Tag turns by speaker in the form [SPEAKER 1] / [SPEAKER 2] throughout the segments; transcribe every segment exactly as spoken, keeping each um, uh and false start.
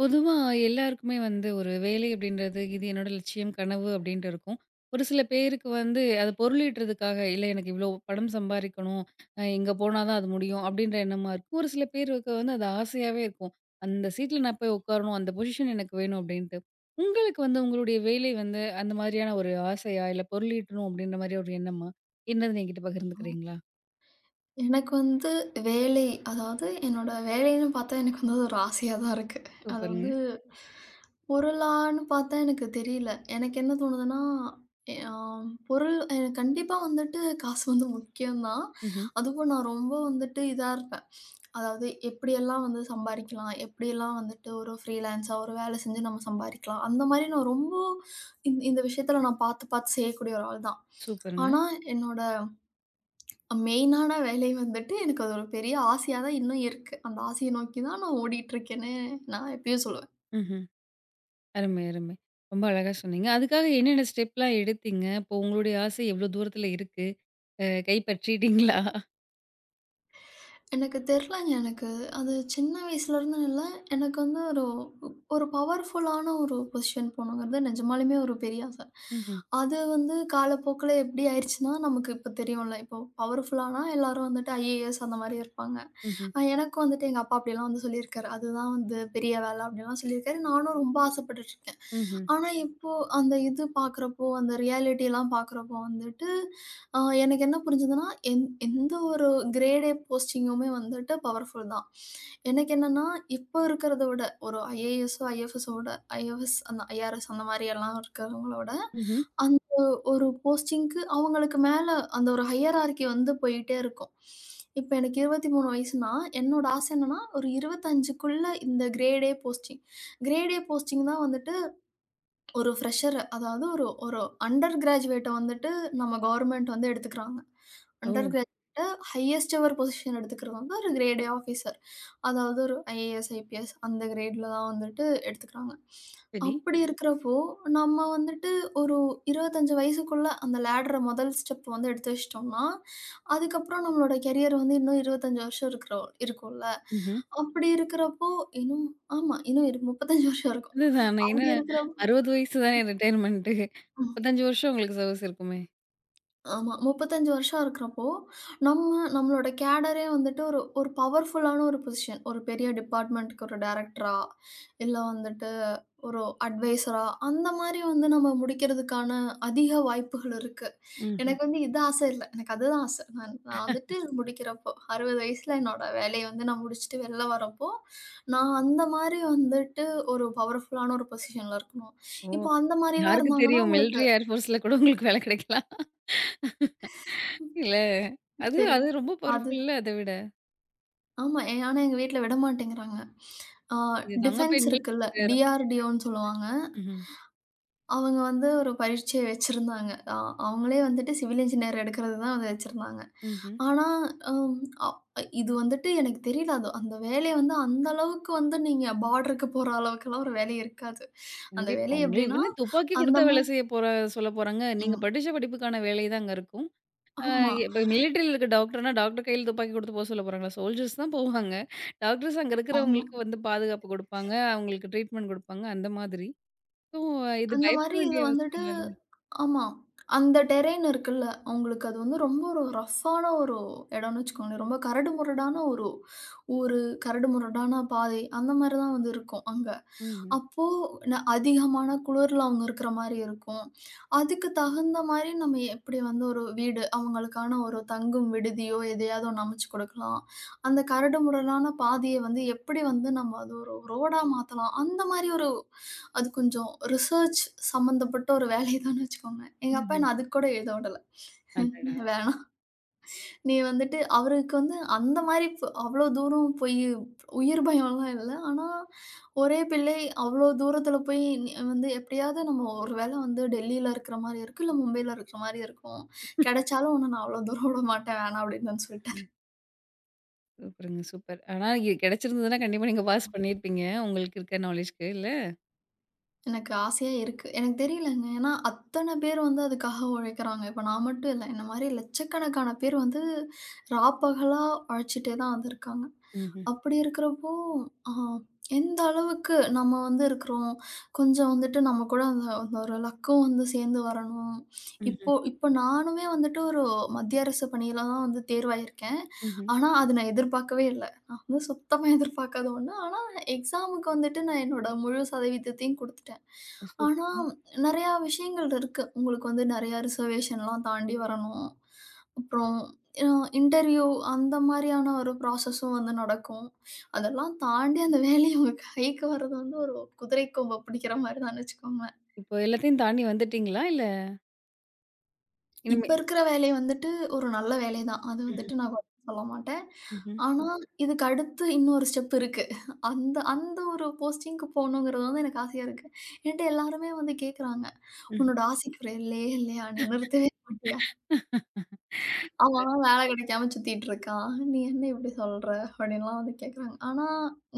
[SPEAKER 1] பொதுவா எல்லாருக்குமே வந்து ஒரு வேலை அப்படின்றது, இது என்னோட லட்சியம், கனவு அப்படின்ட்டு இருக்கும். ஒரு சில பேருக்கு வந்து அது பொருளீட்டுறதுக்காக, இல்ல எனக்கு இவ்ளோ பணம் சம்பாரிக்கணும், அ எங்க போனா தான் அது முடியும் அப்படின்ற எண்ணமா இருக்கும். ஒரு சில பேருக்கு வந்து அது ஆசையாவே இருக்கும். அந்த சீட்ல நான் போய் உட்காரணும், அந்த பொசிஷன் எனக்கு வேணும் அப்படின்ட்டு. உங்களுக்கு வந்து உங்களுடைய வேலை வந்து அந்த மாதிரியான ஒரு ஆசையா, இல்ல பொருளீட்டணும் அப்படின்ற மாரி ஒரு எண்ணமா? என்னன்னு என்கிட்ட
[SPEAKER 2] ம்.
[SPEAKER 1] பகிர்ந்துக்கிறீங்களா?
[SPEAKER 2] எனக்கு வந்து வேலை, அதாவது என்னோட வேலைன்னு பார்த்தா எனக்கு வந்து அது ஒரு ஆசையா தான் இருக்கு. அது வந்து
[SPEAKER 1] சூப்பருங்க.
[SPEAKER 2] பொருளான்னு பார்த்தா எனக்கு தெரியல. எனக்கு என்ன தோணுதுன்னா, எ ஆ பொருள் எனக்கு கண்டிப்பா வந்துட்டு காசு வந்து முக்கியம் தான்.
[SPEAKER 1] ம்ஹ்ம்.
[SPEAKER 2] அதுவும் நான் ரொம்ப வந்துட்டு இதா இருப்பேன். அதாவது எப்படியெல்லாம் வந்து சம்பாரிக்கலாம்? எப்படியெல்லாம் வந்துட்டு ஒரு ஃப்ரீலான்ஸா ஒரு வேலை செஞ்சு நம்ம சம்பாரிக்கலாம்? அந்த மாரி நான் ரொம்ப இந் இந்த விஷயத்தில நான் பார்த்து பார்த்து செய்யக்கூடிய ஒரு ஆள் தான்.
[SPEAKER 1] சூப்பருங்க.
[SPEAKER 2] ஆனா, என்னோட மெயினான வேலை வந்துட்டு எனக்கு அது ஒரு பெரிய ஆசையா தான் இன்னும் இருக்கு. அந்த ஆசைய நோக்கி தான் நான் ஓடிட்டு இருக்கேன்னு நான் எப்பயும் சொல்லுவேன்.
[SPEAKER 1] ம்ஹ்ம். அருமை, அருமை. ரொம்ப அழகா சொன்னீங்க. அதுக்காக என்னென்ன ஸ்டெப்லாம் எடுத்தீங்க? இப்போ உங்களுடைய ஆசை எவ்ளோ தூரத்தில இருக்கு? அ கைப்பற்றிட்டீங்களா?
[SPEAKER 2] எனக்கு தெரிலங்க. எனக்கு அது சின்ன வயசுலேருந்துன்னு இல்ல. எனக்கு வந்து ஒரு ஒரு பவர்ஃபுல்லான ஒரு பொசிஷன் போணுங்கிறது நிஜமாலுமே ஒரு பெரிய ஆசை.
[SPEAKER 1] ம்ஹ்ம்,
[SPEAKER 2] அது வந்து காலப்போக்குல எப்படி ஆயிருச்சுன்னா, நமக்கு இப்போ தெரியும்ல. இப்போ பவர்ஃபுல்லானா எல்லாரும் வந்துட்டு ஐஏஎஸ் அந்த மாரி இருப்பாங்க.
[SPEAKER 1] ம்ஹ்ம்,
[SPEAKER 2] அ எனக்கும் வந்துட்டு எங்க அப்பா அப்படிலாம் வந்து சொல்லியிருக்காரு. அதுதான் வந்து பெரிய வேலை அப்படிலாம் சொல்லியிருக்காரு. நானும் ரொம்ப ஆசைப்பட்டுட்டுருக்கேன்.
[SPEAKER 1] ம்ஹ்ம்,
[SPEAKER 2] ஆனா இப்போ அந்த இது பார்க்குறப்போ, அந்த ரியாலிட்டிலாம் பார்க்குறப்போ வந்துட்டு ஆ எனக்கு என்ன புரிஞ்சதுன்னா, எந் எந்த ஒரு கிரேட் ஏ போஸ்டிங்குமே வந்துட்டு பவர்ஃபுல் தான். எனக்கு என்னன்னா, இப்போ இருக்கிறத விட ஒரு ஐஏஎஸ்ஸோ, ஐஎஃப்எஸ்ஸோட ஐஏஎஸ் அந்த ஐஆர்எஸ் அந்த மாரி எல்லாம் இருக்கிறவங்களோட,
[SPEAKER 1] ம்ஹ்ம்.
[SPEAKER 2] அந்த ஒரு போஸ்டிங்க்கு அவங்களுக்கு மேல அந்த ஒரு ஹையரார்கி வந்து போயிட்டே இருக்கும். இப்ப எனக்கு இருபத்தி மூன்று வயசுனா, என்னோட ஆசை என்னன்னா, ஒரு 25க்குள்ள இந்த grade A posting. Grade A posting தான் வந்துட்டு ஒரு ஃப்ரெஷர் அதாவது ஒரு ஒரு அண்டர் கிராஜுவேட்ட வந்துட்டு நம்ம கவர்மெண்ட் வந்து எடுத்துக்கிறாங்க.
[SPEAKER 1] ஓ!
[SPEAKER 2] அண்டர் கிராஜுவேட்ட ஹையஸ்ட் எவர் பொசிஷன் எடுத்துக்கிறது வந்து ஒரு கிரேட் ஏ ஆஃபீசர். அதாவது ஒரு ஐஏஎஸ், ஐபிஎஸ் அந்த கிரேட்ல தான் வந்துட்டு எடுத்துக்கிறாங்க.
[SPEAKER 1] சரி.
[SPEAKER 2] அப்படி இருக்கிறப்போ, நம்ம வந்துட்டு ஒரு இருபத்தி ஐந்து வயசுக்குள்ள அந்த லேடர முதல் ஸ்டெப் வந்து எடுத்து வச்சுட்டோம்னா, அதுக்கப்புறம் நம்மளோட கெரியர் வந்து இன்னும் இருபத்தி ஐந்து வருஷம் இருக்கிறோ இருக்கும்ல.
[SPEAKER 1] ம்ஹ்ம்.
[SPEAKER 2] அப்படி இருக்கிறப்போ இன்னும் ஆமா இன்னும் இரு முப்பத்தி ஐந்து வருஷம் இருக்கும்.
[SPEAKER 1] அதுதான் நான் என்ன
[SPEAKER 2] அப்படி இருக்கிறப்போ
[SPEAKER 1] அறுபது வயசு தானே ரிட்டயர்மெண்ட்டு. முப்பத்தி ஐந்து வருஷம் உங்களுக்கு சர்வீஸ் இருக்குமே!
[SPEAKER 2] ஆமா. முப்பத்தி ஐந்து வருஷம் இருக்கிறப்போ, நம்ம நம்மளோட கேடரே வந்துட்டு ஒரு ஒரு பவர்ஃபுல்லான ஒரு பொசிஷன். ஒரு பெரிய டிபார்ட்மென்ட்க்கு ஒரு டைரக்டரா, இல்ல வந்துட்டு ஒரு அட்வைசரா, அந்த மாரி வந்து நம்ம முடிக்கிறதுக்கான அதிக வாய்ப்புகள் இருக்கு.
[SPEAKER 1] ம்ஹ்ம்.
[SPEAKER 2] எனக்கு வந்து இது ஆசை இல்ல. எனக்கு அதுதான் ஆசை. நான் நான் வந்துட்டு முடிக்கிறப்போ, அறுபது வயசுல என்னோட வேலைய வந்து நான் முடிச்சுட்டு வெளில வரப்போ, நான் அந்த மாரி வந்துட்டு ஒரு பவர்ஃபுல்லான ஒரு பொசிஷன்ல இருக்கணும்.
[SPEAKER 1] ஓ!
[SPEAKER 2] இப்போ அந்த மாரிலாம்
[SPEAKER 1] யாருக்கு
[SPEAKER 2] இருந்தாங்கன்னா
[SPEAKER 1] தெரியும்,
[SPEAKER 2] உங்களுக்கு
[SPEAKER 1] மிலிட்ரி ஏர்ஃபோர்ஸ்ல கூட உங்களுக்கு வேலை கிடைக்கலாம். இல்ல. அது அது
[SPEAKER 2] தெரியும்.
[SPEAKER 1] ரொம்ப
[SPEAKER 2] அது
[SPEAKER 1] பவர்ஃபுல்ல அத விட.
[SPEAKER 2] ஆமா. எ ஆனா எங்க வீட்ல விட மாட்டேங்கிறாங்க. ஆ
[SPEAKER 1] இதுதாங்க
[SPEAKER 2] டிஃபென்ஸ் இருக்குல்ல,
[SPEAKER 1] பெண்களுக்கு ரொம்ப பெரிய.
[SPEAKER 2] டிஆர்டிஓன்னு சொல்லுவாங்க.
[SPEAKER 1] ம்ஹ்ம்,
[SPEAKER 2] அவங்க வந்து ஒரு பரீட்சை வச்சிருந்தாங்க. அ அவங்களே வந்துட்டு சிவில் இன்ஜினியர் எடுக்கிறது தான் வந்து வச்சிருந்தாங்க.
[SPEAKER 1] ம்ஹ்ம்.
[SPEAKER 2] ஆனா, அம் அ இது வந்துட்டு எனக்கு தெரியல. அது அந்த வேலை வந்து அந்த அளவுக்கு வந்து நீங்க பார்டருக்கு போற அளவுக்குலாம் ஒரு வேலை இருக்காது. அந்த
[SPEAKER 1] கண்டிப்பா.
[SPEAKER 2] வேலை
[SPEAKER 1] உங்களுக்கு
[SPEAKER 2] எப்படின்னா,
[SPEAKER 1] என்ன துப்பாக்கி
[SPEAKER 2] அந்த
[SPEAKER 1] குடுத்தா வேலை
[SPEAKER 2] மாரி
[SPEAKER 1] செய்ய போற சொல்லப் போறாங்க. நீங்க
[SPEAKER 2] ம்.
[SPEAKER 1] படிச்ச படிப்புக்கான வேலை தான் அங்க இருக்கும். அ ம்.
[SPEAKER 2] ஆமா,
[SPEAKER 1] இப்ப மிலிட்டரியில இருக்க டாக்டர்னா, டாக்டர் கையில துப்பாக்கி குடுத்து போ சொல்லப் போறாங்களா? சோல்ஜர்ஸ் தான் போவாங்க. டாக்டர்ஸ் அங்க ம்.
[SPEAKER 2] ஆமா.
[SPEAKER 1] இருக்கிறவங்களுக்கு வந்து பாதுகாப்பு குடுப்பாங்க. அவங்களுக்கு ட்ரீட்மெண்ட் குடுப்பாங்க. அந்த மாதிரி. ஸோ இது
[SPEAKER 2] அந்த
[SPEAKER 1] பயப்பட
[SPEAKER 2] மாரி இது
[SPEAKER 1] வேண்டிய அவசியம்
[SPEAKER 2] வந்துட்டு
[SPEAKER 1] இல்லல்ல.
[SPEAKER 2] ஆமா. அந்த டெரெய்ன் இருக்குல்ல, அவங்களுக்கு அது வந்து ரொம்ப ஒரு ரஃப்பான ஒரு இடம்னு வச்சுக்கோங்களேன். ரொம்ப கரடுமுரடான ஒரு ஊரு, கரடுமுரடான பாதை அந்த மாரி தான் வந்து இருக்கும் அங்க.
[SPEAKER 1] ம்ஹ்ம்.
[SPEAKER 2] அப்போ ந அதிகமான குளிர்ல அவங்க இருக்கிற மாரி இருக்கும். அதுக்கு தகுந்த மாரி நம்ம எப்படி வந்து ஒரு வீடு, அவங்களுக்கான ஒரு தங்கும் விடுதியோ, எதையாவது ஒண்ணு அமைச்சு கொடுக்கலாம். அந்த கரடுமுரடான பாதைய வந்து எப்படி வந்து நம்ம அது ஒரு ரோடா மாத்தலாம். அந்த மாரி ஒரு அது கொஞ்சம் ரிசர்ச் சம்மந்தப்பட்ட ஒரு வேலை தான்னு வச்சுக்கோங்க.
[SPEAKER 1] ம்.
[SPEAKER 2] எங்க அப்பா
[SPEAKER 1] ம்ஹ்ம்.
[SPEAKER 2] என்ன அதுக்கு கூட எழுத விடல.
[SPEAKER 1] அடடா!
[SPEAKER 2] வேணாம். நீ வந்துட்டு அவருக்கு வந்து அந்த மாரி ப் அவ்ளோ தூரம் போய் உயிர் பயம்லாம் இல்ல. ஆனா, ஒரே பிள்ளை அவ்ளோ தூரத்தில போய் நி வந்து எப்படியாவது நம்ம ஒரு வேளை வந்து டெல்லியில இருக்கிற மாரி இருக்கும், இல்ல மும்பையில இருக்கிற மாரி இருக்கும். கிடைச்சாலும் உன்ன நான் அவ்ளோ தூரம் விடமாட்டேன் வேணாம் அப்படின்னு நான் சொல்ட்டேன்.
[SPEAKER 1] ம். சூப்பருங்க, சூப்பர். ஆனா இ கிடைச்சிருந்ததுன்னா கண்டிப்பா நீங்க பாஸ் பண்ணியிருப்பீங்க. உங்களுக்கு இருக்க நாலேட்ஜ்க்கு இல்ல?
[SPEAKER 2] எனக்கு ஆசையா இருக்கு. எனக்கு தெரியலங்க. ஏன்னா, அத்தன பேர் வந்து அதுக்காக உழைக்கிறாங்க. இப்ப நான் மட்டும் இல்ல. என்ன மாரி லட்சக்கணக்கான பேர் வந்து ராப்பகலா உழைச்சிட்டே தான் வந்து இருக்காங்க.
[SPEAKER 1] ம்ஹ்ம்.
[SPEAKER 2] அப்படி இருக்கிறப்போ, அ எந்த அளவுக்கு நம்ம வந்து இருக்கிறோம், கொஞ்சம் வந்துட்டு நம்ம கூட அந்த அந்த ஒரு லக்கும் வந்து சேர்ந்து வரணும்.
[SPEAKER 1] ம்ஹ்ம்.
[SPEAKER 2] இப்போ இப்போ நானுமே வந்துட்டு ஒரு மத்திய அரசு பணியில தான் வந்து தேர்வாயிருக்கேன்.
[SPEAKER 1] ம்ஹ்ம்.
[SPEAKER 2] ஆனா, அது நான் எதிர்பார்க்கவே இல்ல. நான் வந்து சுத்தமா எதிர்பார்க்காத ஒண்ணு. ஆனா, எக்ஸாமுக்கு வந்துட்டு நான் என்னோட முழு சதவீதத்தையும் குடுத்துட்டேன். ஆனா,
[SPEAKER 1] சூப்பர்.
[SPEAKER 2] நெறையா விஷயங்கள் இருக்கு. உங்களுக்கு வந்து நெறையா ரிசர்வேஷன்லாம் தாண்டி வரணும். அப்புறம் அ இன்டர்வியூ அந்த மாரியான ஒரு ப்ராசஸும் வந்து நடக்கும். அதெல்லாம் தாண்டி அந்த வேலை உங்க கைக்கு வர்றது வந்து ஒரு குதிரை கொம்ப பிடிக்கிற மாரி தான்னு வச்சுக்கோங்க.
[SPEAKER 1] இப்போ எல்லாத்தையும் தாண்டி வந்துட்டீங்களா? இல்ல இனிமே?
[SPEAKER 2] இப்ப இருக்கிற வேலை வந்துட்டு ஒரு நல்ல வேலை தான். அது
[SPEAKER 1] ம்ஹ்ம்.
[SPEAKER 2] வந்துட்டு நான் குறை சொல்ல மாட்டேன்.
[SPEAKER 1] ம்ஹ்ம்.
[SPEAKER 2] ஆனா, இதுக்கு அடுத்து இன்னொரு ஸ்டெப் இருக்கு. அந்த அந்த ஒரு போஸ்டிங்க்கு போகணுங்கிறது வந்து எனக்கு ஆசையா இருக்கு. என்ட்ட எல்லாருமே வந்து கேட்குறாங்க,
[SPEAKER 1] ம்ஹ்ம்,
[SPEAKER 2] "உன்னோட ஆசைக்கு ஒரு எல்லையே இல்லையா? நீ நிறுத்தவே மாட்டியா?" அவன் வேலை கிடைக்காம சுத்திட்டு இருக்கான். "நீ என்ன இப்படி சொல்ற?" அப்படின்லாம் வந்து கேட்குறாங்க. ஆனா,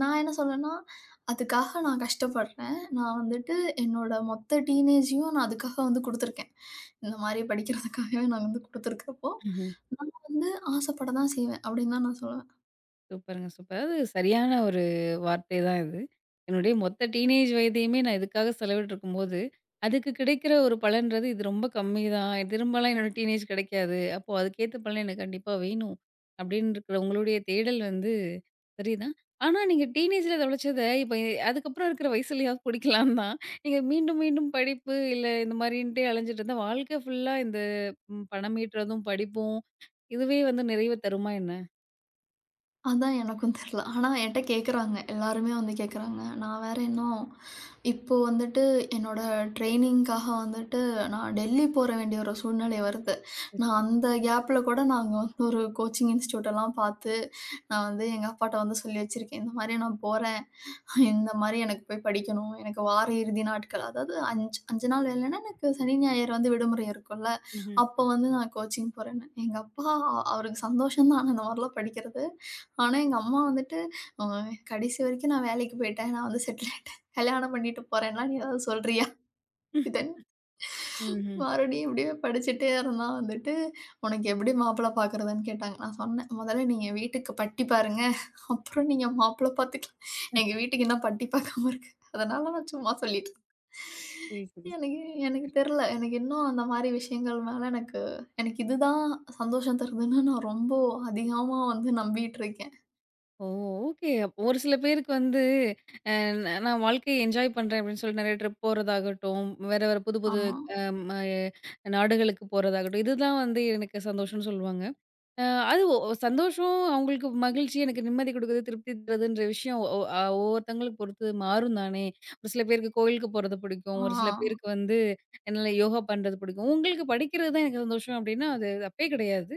[SPEAKER 2] நான் என்ன சொல்றேன்னா, அதுக்காக நான் கஷ்டப்படுறேன். நான் வந்துட்டு என்னோட மொத்த டீனேஜையும் நான் அதுக்காக வந்து குடுத்துருக்கேன். இந்த மாரி படிக்கிறதுக்காகவே நான் வந்து குடுத்துருக்கிறப்போ,
[SPEAKER 1] ம்ஹ்ம்.
[SPEAKER 2] நான் வந்து ஆசைப்பட தான் செய்வேன் அப்படின்னு தான் நான் சொல்லுவேன்.
[SPEAKER 1] சூப்பருங்க, சூப்பர். அதாவது சரியான ஒரு வார்த்தை தான் இது. என்னுடைய மொத்த டீனேஜ் வயதையுமே நான் இதுக்காக செலவிட்டுருக்கும்போது, அதுக்கு கிடைக்கிற ஒரு பலன்றது இது ரொம்ப கம்மி தான். திரும்பலாம் என்னோட டீனேஜ் கிடைக்காது. அப்போ அதுக்கேத்த பலன் எனக்கு கண்டிப்பா வேணும். அப்படின்னு இருக்கிற உங்களுடைய தேடல் வந்து சரிதான். ஆனா நீங்க டீனேஜ்ல தொலைச்சத இப்ப அதுக்கப்புறம் இருக்கிற வயசுலயாவது பிடிக்கலாம் தான். நீங்க மீண்டும் மீண்டும் படிப்பு இல்ல இந்த மாரின்ட்டே அலைஞ்சுட்டு இருந்தா வாழ்க்கை ஃபுல்லா இந்த ம் பணம் ஈட்டுறதும், படிப்பும் இதுவே வந்து நிறைவு தருமா என்ன?
[SPEAKER 2] அதான் எனக்கும் தெரியல. ஆனா என்ட்ட கேட்குறாங்க. எல்லாருமே வந்து கேட்குறாங்க. நான் வேற இன்னும் இப்போ வந்துட்டு என்னோட ட்ரெய்னிங்க்காக வந்துட்டு நான் டெல்லி போற வேண்டிய ஒரு சூழ்நிலை வருது. நான் அந்த கேப்ல கூட நாங்க வந்து ஒரு கோச்சிங் இன்ஸ்டிடியூட் எல்லாம் பார்த்து, நான் வந்து எங்க அப்பாட்ட வந்து சொல்லி வச்சிருக்கேன். இந்த மாரி நான் போறேன். இந்த மாரி எனக்கு போய் படிக்கணும். எனக்கு வார இறுதி நாட்கள் அதாவது ஐந்து ஐந்து நாள் வேலைன்னா எனக்கு சனி, ஞாயிறு வந்து விடுமுறை இருக்கும்ல.
[SPEAKER 1] ம்ஹ்ம்.
[SPEAKER 2] அப்போ வந்து நான் கோச்சிங் போறேன்னு. எங்க அப்பா அ- அவருக்கு சந்தோஷம் தான் நான் இந்த மாரிலாம் படிக்கிறது. ஆனா எங்க அம்மா வந்துட்டு, "அ கடைசி வரைக்கும் நான் வேலைக்கு போயிட்டேன். நான் வந்து செட்டில் ஆயிட்டேன். கல்யாணம் பண்ணிட்டு போறேன்லாம் நீ ஏதாவது சொல்றியா?" இது
[SPEAKER 1] ம்ஹ்ம்.
[SPEAKER 2] மறுபடியும் இப்படியே படிச்சுட்டே இருந்தா வந்துட்டு, "உனக்கு எப்படி மாப்பிள்ளை பார்க்குறதுன்னு" கேட்டாங்க. நான் சொன்னேன், "முதல்ல நீங்க வீட்டுக்கு பட்டி பாருங்க. அப்புறம் நீங்க மாப்பிள்ளை பார்த்துக்கலாம். எங்க வீட்டுக்கு இன்னும் பட்டி பார்க்காம இருக்கு. அதனால நான் சும்மா சொல்லிட்டேன்."
[SPEAKER 1] புரியுது, புரியுது.
[SPEAKER 2] எனக்கு எனக்கு தெரியல. எனக்கு இன்னும் அந்த மாரி விஷயங்கள் மேல எனக்கு எனக்கு இதுதான் சந்தோஷம் தருதுன்னு நான் ரொம்ப அதிகமா வந்து நம்பிட்டு இருக்கேன்.
[SPEAKER 1] ஓ! ஓகே. அப்போ ஒரு சில பேருக்கு வந்து அ ந நான் வாழ்க்கைய என்ஜாய் பண்றேன் அப்படின்னு சொல்லிட்டு நெறைய ட்ரிப் போறதாகட்டும், வேற வேற புது புது
[SPEAKER 2] ஆமா.
[SPEAKER 1] அம் அ நாடுகளுக்கு போறதாகட்டும், இதுதான் வந்து எனக்கு சந்தோஷம்னு சொல்லுவாங்க. அ அது ஒ சந்தோஷம், அவங்களுக்கு மகிழ்ச்சி, எனக்கு நிம்மதி குடுக்குது, திருப்தி தருதுன்ற விஷயம் ஒ அ ஒவ்வொருத்தங்களுக்கு பொறுத்து மாறும் தானே! ஒரு சில பேருக்கு கோயிலுக்கு போறது பிடிக்கும்,
[SPEAKER 2] ஆ.
[SPEAKER 1] ஒரு சில பேருக்கு வந்து என்னால யோகா பண்றது பிடிக்கும். உங்களுக்கு படிக்கிறது தான் எனக்கு சந்தோஷம் அப்படின்னா, அது தப்பே கிடையாது.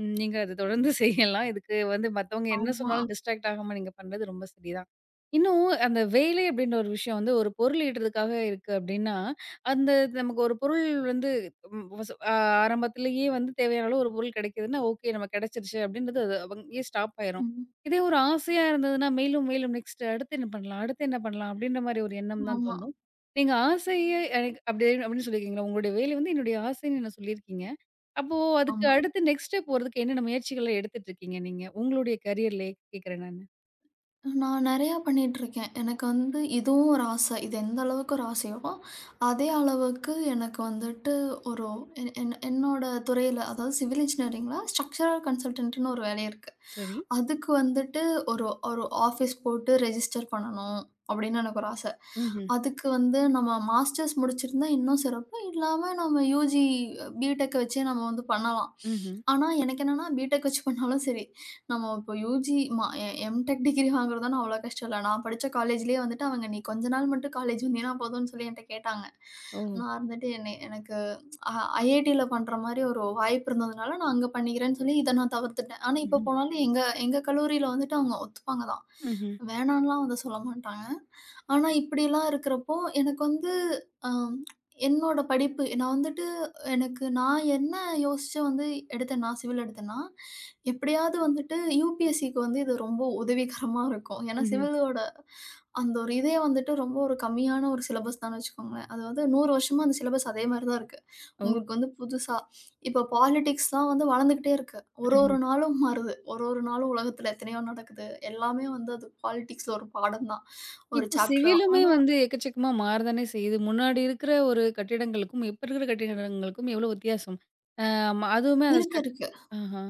[SPEAKER 1] ம். நீங்க அத தொடர்ந்து செய்யலாம். இதுக்கு வந்து மத்தவங்க என்ன
[SPEAKER 2] ஆமா.
[SPEAKER 1] சொன்னாலும் டிஸ்ட்ராக்ட் ஆகாம நீங்க பண்றது ரொம்ப சரிதான். இன்னும் அந்த வேலை அப்டின்ற ஒரு விஷயம் வந்து ஒரு பொருள் ஈட்டுறதுக்காக இருக்கு அப்டின்னா, அந்த நமக்கு ஒரு பொருள் வந்து ம் வச அ ஆரம்பத்திலேயே வந்து தேவையான அளவு ஒரு பொருள் கிடைக்குதுன்னா, ஓகே நம்ம கிடைச்சிருச்சு அப்டின்றது அது அங்கேயே ஸ்டாப் ஆயிரும்.
[SPEAKER 2] ம்.
[SPEAKER 1] இதே ஒரு ஆசையா இருந்ததுன்னா, மேலும் மேலும் நெக்ஸ்ட் அடுத்து என்ன பண்ணலாம்? அடுத்து என்ன பண்ணலாம்? அப்டின்ற மாரி ஒரு எண்ணம் தான்
[SPEAKER 2] ஆமா.
[SPEAKER 1] தோணும். நீங்க ஆசைய எனக்கு அப்டி அப்டின்னு சொல்லியிருக்கீங்களா? உங்களுடைய வேலை வந்து என்னுடைய ஆசைன்னு என்ன சொல்லியிருக்கீங்க? அப்போ அதுக்கு
[SPEAKER 2] ஆமா.
[SPEAKER 1] அடுத்து நெக்ஸ்ட் ஸ்டெப் போறதுக்கு என்னென்ன முயற்சிகள்லாம் எடுத்துட்டு இருக்கீங்க நீங்க? உங்களுடைய கரியர்லயே கேட்கிறேன் நானு.
[SPEAKER 2] நான் நெறையா பண்ணிட்டுருக்கேன். எனக்கு வந்து இதுவும் ஒரு ஆசை. இது எந்த அளவுக்கு ஒரு ஆசையோ, அதே அளவுக்கு எனக்கு வந்துட்டு ஒரு என் என் என்னோட துறையில, அதாவது சிவில் இன்ஜினியரிங்ல ஸ்ட்ரக்சரல் கன்சல்டன்ட்ன்னு ஒரு வேலை இருக்கு.
[SPEAKER 1] சரி.
[SPEAKER 2] அதுக்கு வந்துட்டு ஒரு ஒரு ஆஃபீஸ் போட்டு ரெஜிஸ்டர் பண்ணணும் அப்படின்னு எனக்கு ஒரு ஆசை.
[SPEAKER 1] ம்ஹ்ம்.
[SPEAKER 2] அதுக்கு வந்து நம்ம மாஸ்டர்ஸ் முடிச்சிருந்தா இன்னும் சிறப்பு. இல்லாம நம்ம யூஜி, பிடெக் வச்சே நம்ம வந்து பண்ணலாம்.
[SPEAKER 1] ம்ஹ்ம்.
[SPEAKER 2] ஆனா எனக்கு என்னன்னா பிடெக் வச்சு பண்ணாலும் சரி, நம்ம இப்போ யுஜி மா எ எம்டெக் டிகிரி வாங்குறதெல்லாம் அவ்வளோ கஷ்டம் இல்ல. நான் படிச்ச காலேஜ்லேயே வந்துட்டு அவங்க "நீ கொஞ்ச நாள் மட்டும் காலேஜ் வந்தீன்னா போதும்ன்னு" சொல்லி என்ட்ட கேட்டாங்க.
[SPEAKER 1] ஓ!
[SPEAKER 2] நான் இருந்துட்டு என்னை எனக்கு அ ஐஐடியில பண்ற மாரி ஒரு வாய்ப்பு இருந்ததுனால, நான் அங்க பண்ணிக்கிறேன்னு சொல்லி இத நான் தவிர்த்துட்டேன். ஆனா இப்போ
[SPEAKER 1] ம்ஹ்ம்.
[SPEAKER 2] போனாலும் எங்க எங்க கல்லூரியில வந்துட்டு அவங்க ஒத்துப்பாங்க தான்.
[SPEAKER 1] ம்ஹ்ம்.
[SPEAKER 2] வேணான்லாம் வந்து சொல்ல மாட்டாங்க. ஆனா இப்படிலாம் இருக்கிறப்போ, எனக்கு வந்து அ என்னோட படிப்பு நான் வந்துட்டு எனக்கு நான் என்ன யோசிச்சு வந்து எடுத்தேன்னா, சிவில் எடுத்தேன்னா, எப்படியாவது வந்துட்டு யுபிஎஸ்சிக்கு வந்து இது ரொம்ப உதவிகரமா இருக்கும். ஏன்னா
[SPEAKER 1] ம்ஹ்ம்.
[SPEAKER 2] சிவிலோட அந்த ஒரு இதே வந்துட்டு ரொம்ப ஒரு கம்மியான ஒரு சிலபஸ் தான்னு வச்சுக்கோங்களேன். அதாவது நூறு வருஷமா அந்த சிலபஸ் அதே மாரி தான் இருக்கு.
[SPEAKER 1] ஓ!
[SPEAKER 2] உங்களுக்கு வந்து புதுசா இப்போ பாலிடிக்ஸ்லாம் வந்து வளர்ந்துக்கிட்டே இருக்கு. ஒரு
[SPEAKER 1] ம்ஹ்ம்.
[SPEAKER 2] ஒரு நாளும் மாறுது. ஒரு ஒரு நாளும் உலகத்தில எத்தனையோ நடக்குது. எல்லாமே வந்து அது பாலிடிக்ஸ்ல ஒரு பாடம் தான். ஒரு
[SPEAKER 1] இப்போ
[SPEAKER 2] சாப்டர் தான்.
[SPEAKER 1] சிவிலுமே
[SPEAKER 2] ஆனா
[SPEAKER 1] வந்து எக்கச்சக்கமா மாறதானே செய்யுது. முன்னாடி இருக்கிற ஒரு கட்டிடங்களுக்கும், இப்ப இருக்கிற கட்டிடங்களுக்கும் எவ்வளோ வித்தியாசம். அ ம அதுவுமே அந்த
[SPEAKER 2] இருக்கு,
[SPEAKER 1] ஸ்ட்ரக்
[SPEAKER 2] இருக்கு.
[SPEAKER 1] ஆஹா.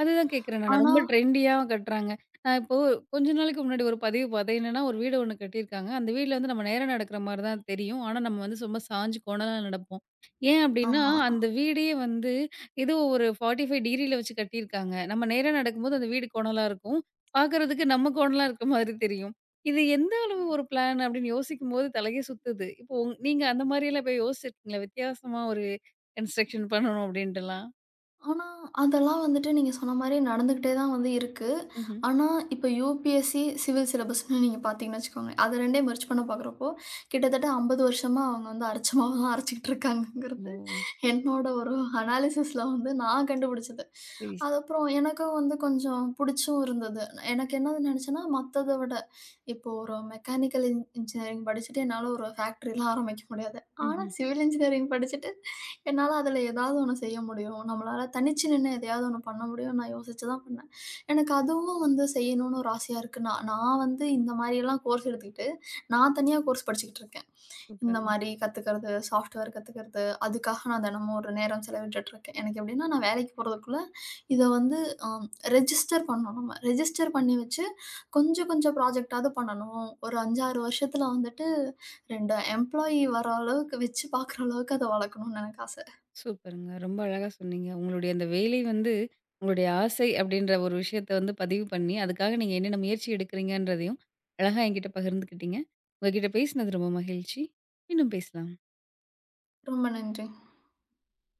[SPEAKER 1] அதுதான் கேட்கிறேன் நானு.
[SPEAKER 2] ஆனா
[SPEAKER 1] ரொம்ப ட்ரெண்டியா கட்டுறாங்க. நான் இப்போ கொஞ்ச நாளைக்கு முன்னாடி ஒரு பதிவு பார்த்தேன். என்னன்னா, ஒரு வீடு ஒண்ணு கட்டியிருக்காங்க. அந்த வீட்ல வந்து நம்ம நேரா நடக்கிற மாரி தான் தெரியும். ஆனா, நம்ம வந்து ரொம்ப சாஞ்சு கோணலா நடப்போம். ஏன் அப்டின்னா,
[SPEAKER 2] ஆமா.
[SPEAKER 1] அந்த வீடே வந்து ஏதோ ஒரு நாற்பத்தி ஐந்து டிகிரில வச்சு கட்டியிருக்காங்க. நம்ம நேரா நடக்கும்போது அந்த வீடு கோணலா இருக்கும். பார்க்கறதுக்கு நம்ம கோணலா இருக்க மாதிரி தெரியும். இது எந்த அளவு ஒரு பிளான் அப்படின்னு யோசிக்கும்போது தலையே சுத்துது. இப்போ உங் நீங்க அந்த மாரியெல்லாம் போய் யோசிச்சிருக்கீங்களா? வித்தியாசமா ஒரு கன்ஸ்ட்ரக்ஷன் பண்ணணும் அப்படின்ட்டுலாம்?
[SPEAKER 2] ஆனா, அதெல்லாம் வந்துட்டு நீங்க சொன்ன மாரி நடந்துகிட்டே தான் வந்து இருக்கு.
[SPEAKER 1] ம்ஹ்ம்.
[SPEAKER 2] ஆனா, இப்ப யுபிஎஸ்சி சிவில் சிலபஸ்ன்னு நீங்க பார்த்தீங்கன்னு வச்சுக்கோங்க. அது 2யும் மெர்ஜ் பண்ண பார்க்குறப்போ, கிட்டத்தட்ட ஐம்பது வருஷமா அவங்க வந்து அரைச்ச மாவ தான் அரைச்சுக்கிட்டு
[SPEAKER 1] ஓ!
[SPEAKER 2] இருக்காங்கங்கிறது என்னோட ஒரு அனாலிசிஸ்ல வந்து நான் கண்டுபிடிச்சது.
[SPEAKER 1] சரி.
[SPEAKER 2] அதுக்கப்புறம் எனக்கும் வந்து கொஞ்சம் புடிச்சும் இருந்தது. எனக்கு என்னது நினச்சேன்னா, மத்தத விட இப்போ ஒரு மெக்கானிக்கல் இன் இன்ஜினியரிங் படிச்சுட்டு என்னால ஒரு ஃபேக்டரிலாம் ஆரம்பிக்க முடியாது. ஆனா,
[SPEAKER 1] ம்ஹ்ம்.
[SPEAKER 2] சிவில் இன்ஜினியரிங் படிச்சுட்டு என்னால அதுல ஏதாவது ஒண்ணு செய்ய முடியும். நம்மளால தனிச்சு நின்னு எதையாவது ஒண்ணு பண்ண முடியும்னு நான் யோசிச்சு தான் பண்ணேன். எனக்கு அதுவும் வந்து செய்யணும்னு ஒரு ஆசையா இருக்கு. நான் நான் வந்து இந்த மாரியெல்லாம் கோர்ஸ் எடுத்துக்கிட்டு, நான் தனியா கோர்ஸ் படிச்சுக்கிட்டு இருக்கேன். இந்த
[SPEAKER 1] சூப்பருங்க,
[SPEAKER 2] மாரி கத்துக்கிறது, சாஃப்ட்வேர் கத்துக்கிறது, அதுக்காக நான் தினமும் ஒரு நேரம் செலவிட்டுட்டு இருக்கேன். எனக்கு எப்படின்னா, நான் வேலைக்கு போறதுக்குள்ள இத வந்து அ ரெஜிஸ்டர் பண்ணணும் நம்ம. ரெஜிஸ்டர் பண்ணி வச்சு கொஞ்சம் கொஞ்சம் ப்ராஜெக்ட்டாவது பண்ணணும். ஒரு ஐந்து, ஆறு வருஷத்துல வந்துட்டு இரண்டு எம்ப்ளாயி வர அளவுக்கு வச்சு பார்க்குற அளவுக்கு அத வளர்க்கணும்னு எனக்கு ஆசை.
[SPEAKER 1] சூப்பருங்க. ரொம்ப அழகா சொன்னீங்க. உங்களுடைய அந்த வேலை வந்து உங்களுடைய ஆசை அப்படின்ற ஒரு விஷயத்த வந்து பதிவு பண்ணி, அதுக்காக நீங்க என்னென்ன முயற்சி எடுக்கிறீங்கன்றதையும் அழகா என்கிட்ட பகிர்ந்துக்கிட்டீங்க. உங்க கிட்ட பேசினது ரொம்ப மகிழ்ச்சி. மீண்டும் பேசலாம்.
[SPEAKER 2] ரொம்ப நன்றி.